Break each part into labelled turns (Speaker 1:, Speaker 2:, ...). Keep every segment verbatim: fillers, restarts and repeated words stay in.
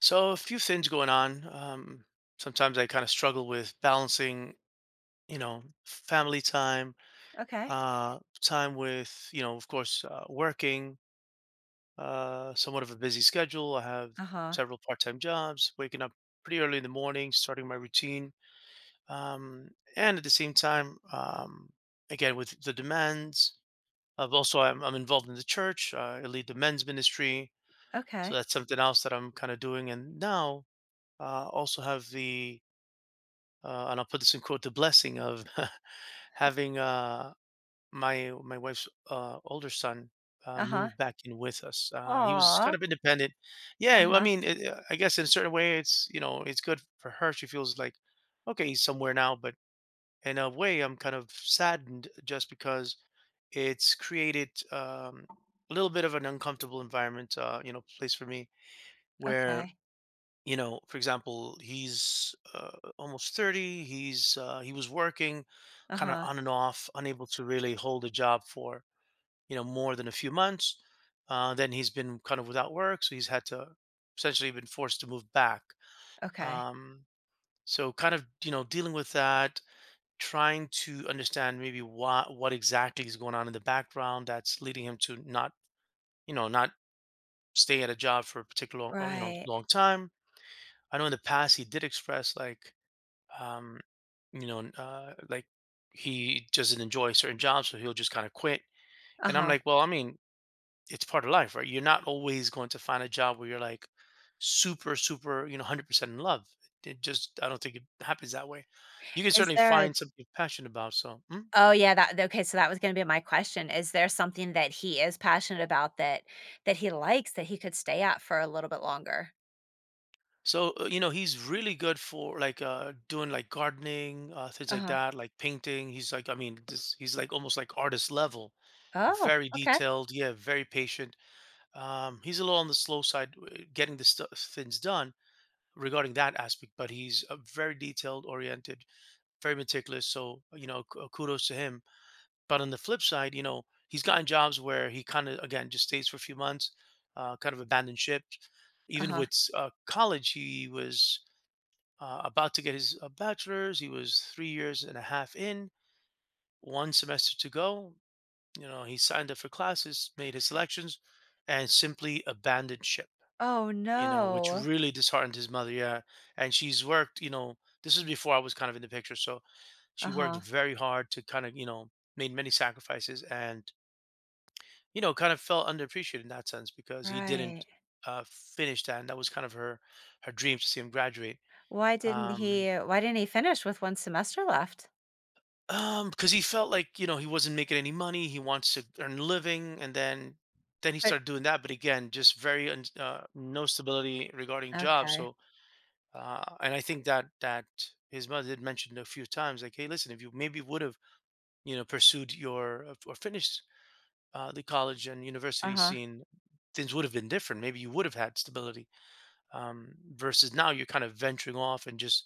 Speaker 1: So a few things going on. Um, sometimes I kind of struggle with balancing, you know, family time,
Speaker 2: Okay.
Speaker 1: uh, time with, you know, of course, uh, working, uh, somewhat of a busy schedule. I have
Speaker 2: Uh-huh.
Speaker 1: several part-time jobs, waking up pretty early in the morning, starting my routine, um, and at the same time, um, again with the demands of also I'm, I'm involved in the church. Uh, I lead the men's ministry, so
Speaker 2: Okay.
Speaker 1: that's something else that I'm kind of doing. And now uh, also have the uh, and I'll put this in quote, the blessing of having uh, my my wife's uh, older son uh,
Speaker 2: Uh-huh.
Speaker 1: move back in with us. Uh, he was kind
Speaker 2: Aw.
Speaker 1: of independent. Yeah, well, I
Speaker 2: Uh-huh.
Speaker 1: mean, it, uh, I guess in a certain way, it's, you know, it's good for her. She feels like, okay, he's somewhere now. But in a way, I'm kind of saddened just because it's created um, a little bit of an uncomfortable environment, uh, you know, place for me where,
Speaker 2: Okay.
Speaker 1: you know, for example, he's uh, almost thirty. He's uh, he was working kind of
Speaker 2: Uh-huh.
Speaker 1: on and off, unable to really hold a job for, you know, more than a few months. Uh, then he's been kind of without work, so he's had to essentially been forced to move back.
Speaker 2: Okay.
Speaker 1: um, so kind of, you know, dealing with that, trying to understand maybe what what exactly is going on in the background that's leading him to not, you know, not stay at a job for a particular long- you know,
Speaker 2: Right.
Speaker 1: long time. I know in the past he did express like, um, you know, n- uh, like he doesn't enjoy certain jobs, so he'll just kind of quit. And I'm
Speaker 2: Uh-huh.
Speaker 1: like, well, I mean, it's part of life, right? You're not always going to find a job where you're like super, super, you know, one hundred percent in love. It just, I don't think it happens that way. You can
Speaker 2: Is
Speaker 1: certainly
Speaker 2: there a
Speaker 1: find something you're passionate about. So, mm.
Speaker 2: Oh, yeah, that okay, so that was gonna be my question. Is there something that he is passionate about that that he likes that he could stay at for a little bit longer?
Speaker 1: So uh, you know, he's really good for like uh, doing like gardening, uh, things like
Speaker 2: Uh-huh.
Speaker 1: that, like painting. He's like, I mean, this, he's like almost like artist level,
Speaker 2: Oh,
Speaker 1: very
Speaker 2: okay.
Speaker 1: detailed. Yeah, very patient. Um, he's a little on the slow side, uh, getting the stuff things done regarding that aspect, but he's uh, very detailed oriented, very meticulous. So, you know, k- uh, kudos to him. But on the flip side, you know, he's gotten jobs where he kind of again just stays for a few months, uh, kind of abandoned ship. Even
Speaker 2: Uh-huh.
Speaker 1: with uh, college, he was uh, about to get his uh, bachelor's. He was three years and a half in, one semester to go. You know, he signed up for classes, made his selections, and simply abandoned ship,
Speaker 2: Oh,
Speaker 1: you know, which
Speaker 2: no.
Speaker 1: really disheartened his mother. Yeah. And she's worked, you know, this is before I was kind of in the picture. So she worked
Speaker 2: Uh-huh.
Speaker 1: very hard to kind of, you know, made many sacrifices and, you know, kind of felt underappreciated in that sense because he didn't
Speaker 2: Right.
Speaker 1: uh, finish that. And that was kind of her, her dream to see him graduate.
Speaker 2: Why didn't
Speaker 1: Um,
Speaker 2: he why didn't he finish with one semester left?
Speaker 1: um, because he felt like, you know, he wasn't making any money. He wants to earn a living. And then, then he
Speaker 2: But
Speaker 1: started doing that. But again, just very, un- uh, no stability regarding jobs.
Speaker 2: Okay.
Speaker 1: So, uh, and I think that that his mother did mention a few times, like, hey, listen, if you maybe would have, you know, pursued your uh, or finished uh, the college and university
Speaker 2: Uh-huh.
Speaker 1: scene, things would have been different. Maybe you would have had stability, um, versus now you're kind of venturing off and just,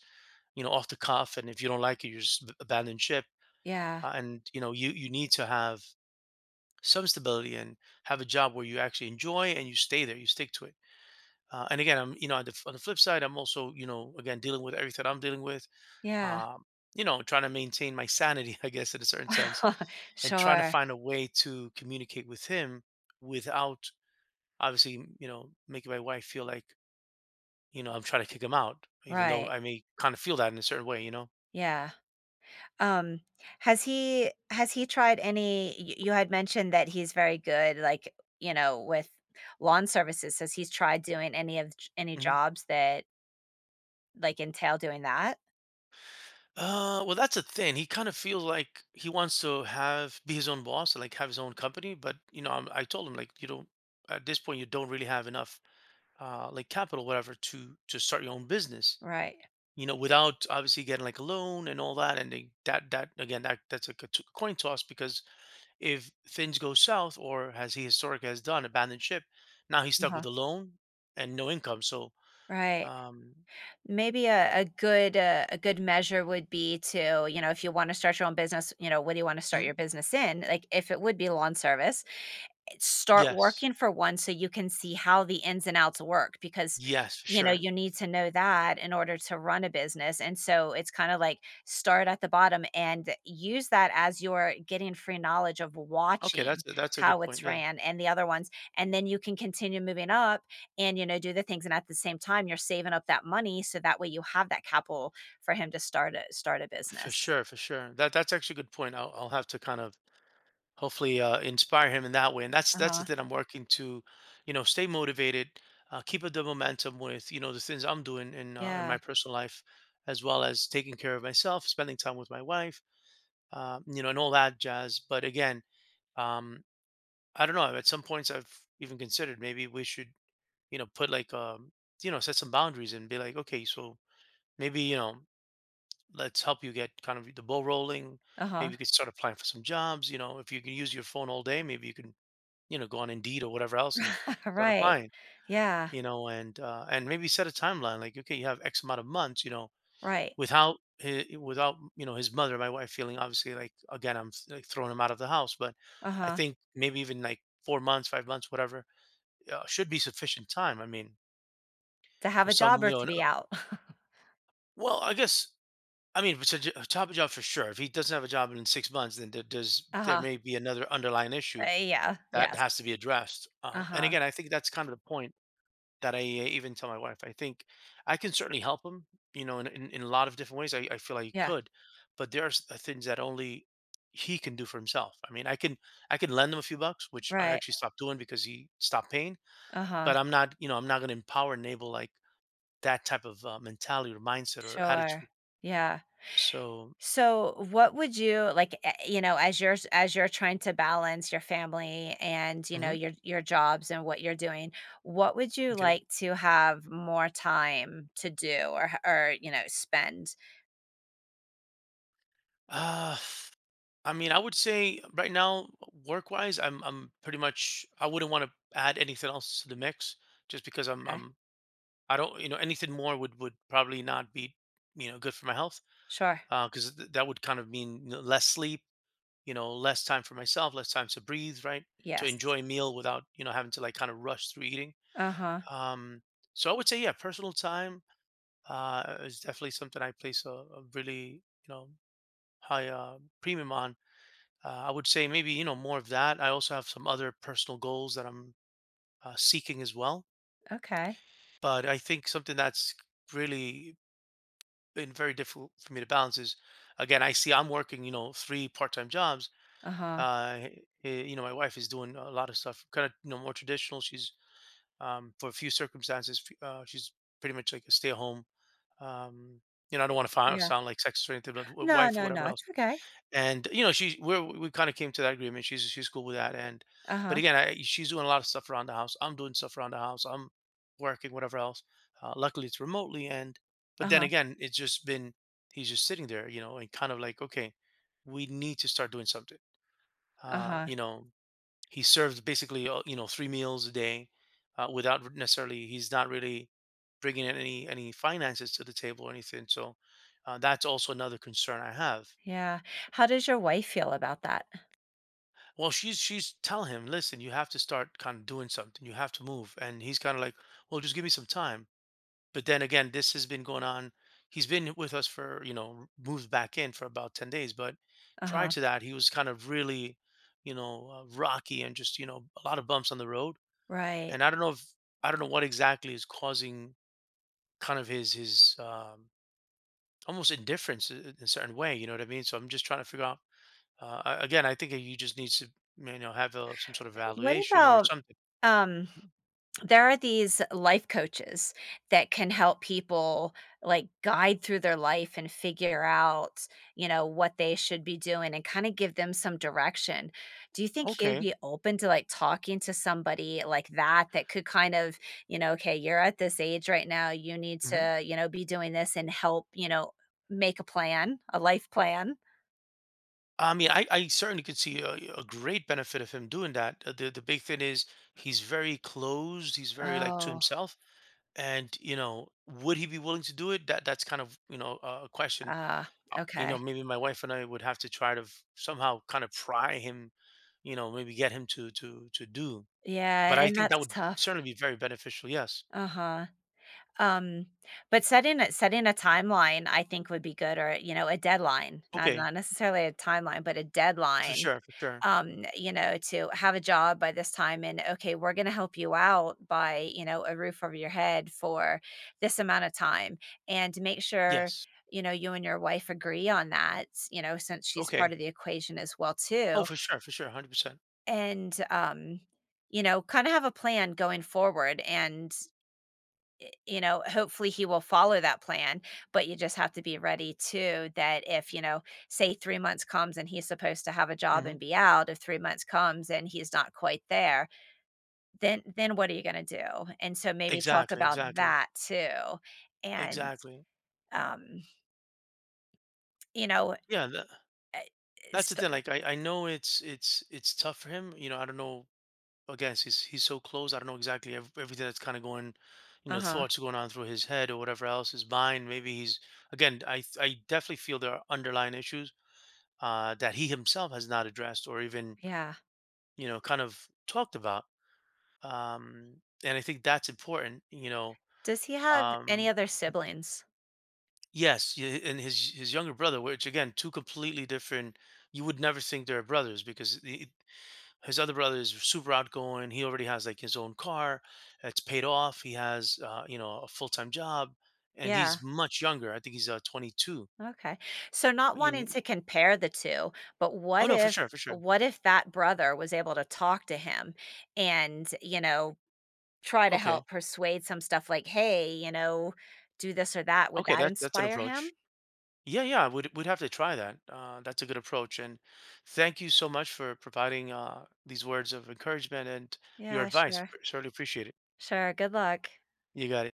Speaker 1: you know, off the cuff, and if you don't like it, you just ab- abandon ship.
Speaker 2: Yeah.
Speaker 1: Uh, and you know, you you need to have some stability and have a job where you actually enjoy and you stay there, you stick to it. Uh, and again, I'm, you know, on the, f- on the flip side, I'm also, you know, again dealing with everything I'm dealing with,
Speaker 2: Yeah.
Speaker 1: um, you know, trying to maintain my sanity, I guess, in a certain sense, and trying to
Speaker 2: Sure.
Speaker 1: find a way to communicate with him without, obviously, you know, making my wife feel like, you know, I'm trying to kick him out, even though
Speaker 2: Right.
Speaker 1: I may kind of feel that in a certain way, you know?
Speaker 2: Yeah. Um, has he has he tried any y- you had mentioned that he's very good, like, you know, with lawn services. Has he's tried doing any of j- any
Speaker 1: Hmm.
Speaker 2: jobs that like entail doing that?
Speaker 1: Uh, well, that's a thing. He kind of feels like he wants to have be his own boss, like have his own company. But you know, I'm, I told him like you don't, at this point you don't really have enough uh like capital, whatever, to to start your own business.
Speaker 2: Right.
Speaker 1: You know, without obviously getting like a loan and all that. And they, that that again, that that's like a co- t- coin toss because if things go south, or as he historically has done, abandoned ship, now he's stuck
Speaker 2: Uh-huh.
Speaker 1: with a loan and no income. So,
Speaker 2: Right.
Speaker 1: um,
Speaker 2: Maybe a, a good uh, a good measure would be to, you know, if you want to start your own business, you know, what do you want to start
Speaker 1: mhm.
Speaker 2: your business in? Like if it would be lawn service, start
Speaker 1: Yes,
Speaker 2: working for one so you can see how the ins and outs work, because
Speaker 1: yes, for
Speaker 2: you know
Speaker 1: sure.
Speaker 2: you need to know that in order to run a business. And so it's kind of like start at the bottom and use that as you're getting free knowledge of
Speaker 1: Okay, that's
Speaker 2: watching
Speaker 1: that's a good
Speaker 2: how
Speaker 1: point.
Speaker 2: it's
Speaker 1: Yeah,
Speaker 2: ran and the other ones, and then you can continue moving up, and you know, do the things, and at the same time you're saving up that money so that way you have that capital for him to start a start a
Speaker 1: for
Speaker 2: business.
Speaker 1: sure, for sure. That that's actually a good point. I'll I'll have to kind of hopefully uh, inspire him in that way. And that's that's the
Speaker 2: Uh-huh.
Speaker 1: thing I'm working to, you know, stay motivated, uh, keep up the momentum with, you know, the things I'm doing in uh, in
Speaker 2: Yeah.
Speaker 1: my personal life, as well as taking care of myself, spending time with my wife, uh, you know, and all that jazz. But again, um, I don't know. At some points, I've even considered maybe we should, you know, put like, um, you know, set some boundaries and be like, okay, so maybe, you know, let's help you get kind of the ball rolling. Maybe you
Speaker 2: Uh-huh.
Speaker 1: could start applying for some jobs. You know, if you can use your phone all day, maybe you can, you know, go on Indeed or whatever else and start
Speaker 2: Right.
Speaker 1: applying,
Speaker 2: Yeah.
Speaker 1: you know, and uh, and maybe set a timeline like, okay, you have X amount of months, you know,
Speaker 2: Right.
Speaker 1: without hi- without, you know, his mother, my wife, feeling obviously like again I'm like throwing him out of the house. But I
Speaker 2: Uh-huh.
Speaker 1: think maybe even like four months, five months, whatever, uh, should be sufficient time. I mean,
Speaker 2: To have
Speaker 1: for
Speaker 2: a
Speaker 1: some,
Speaker 2: job
Speaker 1: you
Speaker 2: or
Speaker 1: know,
Speaker 2: to
Speaker 1: an-
Speaker 2: be
Speaker 1: uh,
Speaker 2: out.
Speaker 1: well, I guess. I mean, it's a j- a top job for sure. If he doesn't have a job in six months, then there does there
Speaker 2: Uh-huh.
Speaker 1: may be another underlying issue
Speaker 2: Uh, yeah,
Speaker 1: that
Speaker 2: yes.
Speaker 1: has to be addressed. Um, and
Speaker 2: Uh-huh.
Speaker 1: again, I think that's kind of the point that I uh, even tell my wife. I think I can certainly help him, you know, in, in, in a lot of different ways. I, I feel I
Speaker 2: Yeah,
Speaker 1: could, but there are s- uh, things that only he can do for himself. I mean, I can I can lend him a few bucks, which I
Speaker 2: right.
Speaker 1: actually stopped doing because he stopped paying.
Speaker 2: Uh-huh.
Speaker 1: But I'm not, you know, I'm not going to empower, enable like that type of uh, mentality or mindset or
Speaker 2: Sure.
Speaker 1: attitude.
Speaker 2: Yeah.
Speaker 1: So,
Speaker 2: So, what would you like, eh, you know, as you're s as you're trying to balance your family and, you know,
Speaker 1: mhm,
Speaker 2: your your jobs and what you're doing, what would you
Speaker 1: okay.
Speaker 2: like to have more time to do, or h or, you know, spend?
Speaker 1: Uh, I mean, I would say right now, work wise, I'm I'm pretty much I wouldn't want to add anything else to the mix just because I'm
Speaker 2: Okay.
Speaker 1: I'm I don't, you know, anything more would would probably not be, you know, good for my health
Speaker 2: Sure.
Speaker 1: because th- that would kind of mean, you know, less sleep, you know, less time for myself, less time to breathe, right? To
Speaker 2: Yes.
Speaker 1: enjoy a meal without, you know, having to like kind of rush through eating.
Speaker 2: Uh-huh.
Speaker 1: Um, so I would say, yeah, personal time uh, is definitely something I place a, a really, you know, high, uh, premium on. Uh, I would say maybe, you know, more of that. I also have some other personal goals that I'm uh, seeking as well.
Speaker 2: Okay.
Speaker 1: But I think something that's really been very difficult for me to balance is, again, I see I'm working, you know, three part-time jobs.
Speaker 2: Uh-huh.
Speaker 1: uh h- you know, my wife is doing a lot of stuff kind of, you know, more traditional. She's, um for a few circumstances, f- uh, she's pretty much like a stay-at-home, um you know, I don't want to
Speaker 2: Yeah.
Speaker 1: sound like sexist or anything, but w-
Speaker 2: No,
Speaker 1: wife or
Speaker 2: no, no,
Speaker 1: whatever else.
Speaker 2: it's okay.
Speaker 1: And you know, she we're, we kind of came to that agreement. She's she's cool with that. And but
Speaker 2: Uh-huh.
Speaker 1: again, I, she's doing a lot of stuff around the house, I'm doing stuff around the house, I'm working, whatever else. Uh, luckily it's remotely. And but then
Speaker 2: Uh-huh.
Speaker 1: again, it's just been he's just sitting there, you know, and kind of like, okay, we need to start doing something. Uh,
Speaker 2: Uh-huh.
Speaker 1: you know, he serves basically, uh, you know, three meals a day, uh, without necessarily, he's not really bringing in any any finances to the table or anything. So, uh, that's also another concern I have.
Speaker 2: Yeah. How does your wife feel about that?
Speaker 1: Well, she's she's telling him, listen, you have to start kind of doing something. You have to move. And he's kind of like, well, just give me some time. But then again, this has been going on. He's been with us for, you know, moved back in for about ten days. But prior
Speaker 2: Uh-huh.
Speaker 1: to that, he was kind of really, you know, uh, rocky and just, you know, a lot of bumps on the road.
Speaker 2: Right.
Speaker 1: And I don't know if, I don't know what exactly is causing kind of his, his, um, almost indifference, i- in a certain way. You know what I mean? So I'm just trying to figure out, uh, a- again, I think you just need to, you know, have a, some sort of
Speaker 2: What
Speaker 1: valuation or
Speaker 2: about,
Speaker 1: something.
Speaker 2: um, there are these life coaches that can help people like guide through their life and figure out, you know, what they should be doing and kind of give them some direction. Do you think he would
Speaker 1: Okay.
Speaker 2: be open to like talking to somebody like that that could kind of, you know, okay, you're at this age right now, you need
Speaker 1: Hmm.
Speaker 2: to, you know, be doing this and help, you know, make a plan, a life plan?
Speaker 1: I mean, I, I certainly could see a, a great benefit of him doing that. Uh, The the big thing is he's very closed. He's very like to
Speaker 2: Oh.
Speaker 1: himself, and you know, would he be willing to do it? That that's kind of, you know, a question.
Speaker 2: Ah,
Speaker 1: Uh, You know,
Speaker 2: okay.
Speaker 1: maybe my wife and I would have to try to f- somehow kind of pry him, you know, maybe get him to to to do. But
Speaker 2: Yeah,
Speaker 1: I
Speaker 2: and
Speaker 1: think that
Speaker 2: that's
Speaker 1: would
Speaker 2: tough.
Speaker 1: certainly be very beneficial. Yes.
Speaker 2: Uh-huh. Um, but setting a setting a timeline, I think, would be good, or, you know, a deadline, not
Speaker 1: Okay.
Speaker 2: not necessarily a timeline, but a
Speaker 1: For
Speaker 2: deadline,
Speaker 1: sure. For sure.
Speaker 2: um, you know, to have a job by this time. And okay, we're gonna help you out by, you know, a roof over your head for this amount of time, and to make sure,
Speaker 1: Yes.
Speaker 2: you know, you and your wife agree on that, you know, since she's part
Speaker 1: Okay.
Speaker 2: of the equation as well
Speaker 1: Oh,
Speaker 2: too.
Speaker 1: for sure, for sure, one hundred percent.
Speaker 2: And um, you know, kind of have a plan going forward. And you know, hopefully he will follow that plan, but you just have to be ready too that if, you know, say three months comes and he's supposed to have a job
Speaker 1: Mhm.
Speaker 2: and be out, if three months comes and he's not quite there, then then what are you going to do? And so maybe talk
Speaker 1: Exactly,
Speaker 2: about
Speaker 1: exactly,
Speaker 2: that too. And
Speaker 1: exactly.
Speaker 2: um, you know,
Speaker 1: Yeah, tha that's the
Speaker 2: st-
Speaker 1: thing, like, I I know it's it's it's tough for him, you know, I don't know, again, he's he's so close, I don't know exactly ev everything that's kinda going, you know,
Speaker 2: uh-huh.
Speaker 1: thoughts going on through his head or whatever else, his mind. Maybe he's, again, I th I definitely feel there are underlying issues, uh, that he himself has not addressed or even,
Speaker 2: Yeah.
Speaker 1: you know, kind of talked about, um, and I think that's important, you know.
Speaker 2: Does he have any
Speaker 1: Um.
Speaker 2: other siblings?
Speaker 1: Yes, y- and his his younger brother, which again, two completely different. You would never think they're brothers because the, his other brother is super outgoing. He already has like his own car, it's paid off. He has, uh, you know, a full time job, and
Speaker 2: Yeah.
Speaker 1: he's much younger. I think he's uh, twenty two.
Speaker 2: Okay. So, not wanting
Speaker 1: In
Speaker 2: to compare the two, but
Speaker 1: oh
Speaker 2: what
Speaker 1: no, for
Speaker 2: if
Speaker 1: sure, for sure.
Speaker 2: what if that brother was able to talk to him and, you know, try to
Speaker 1: Okay,
Speaker 2: help persuade some stuff like, "Hey, you know, do this or that." Would
Speaker 1: okay,
Speaker 2: that
Speaker 1: that that's an
Speaker 2: inspire
Speaker 1: approach.
Speaker 2: him?
Speaker 1: Yeah, yeah, we'd we'd have to try that. Uh, that's a good approach, and thank you so much for providing uh, these words of encouragement and your
Speaker 2: Yeah,
Speaker 1: advice.
Speaker 2: sure.
Speaker 1: Certainly appreciate it.
Speaker 2: Sure. Good luck.
Speaker 1: You got it.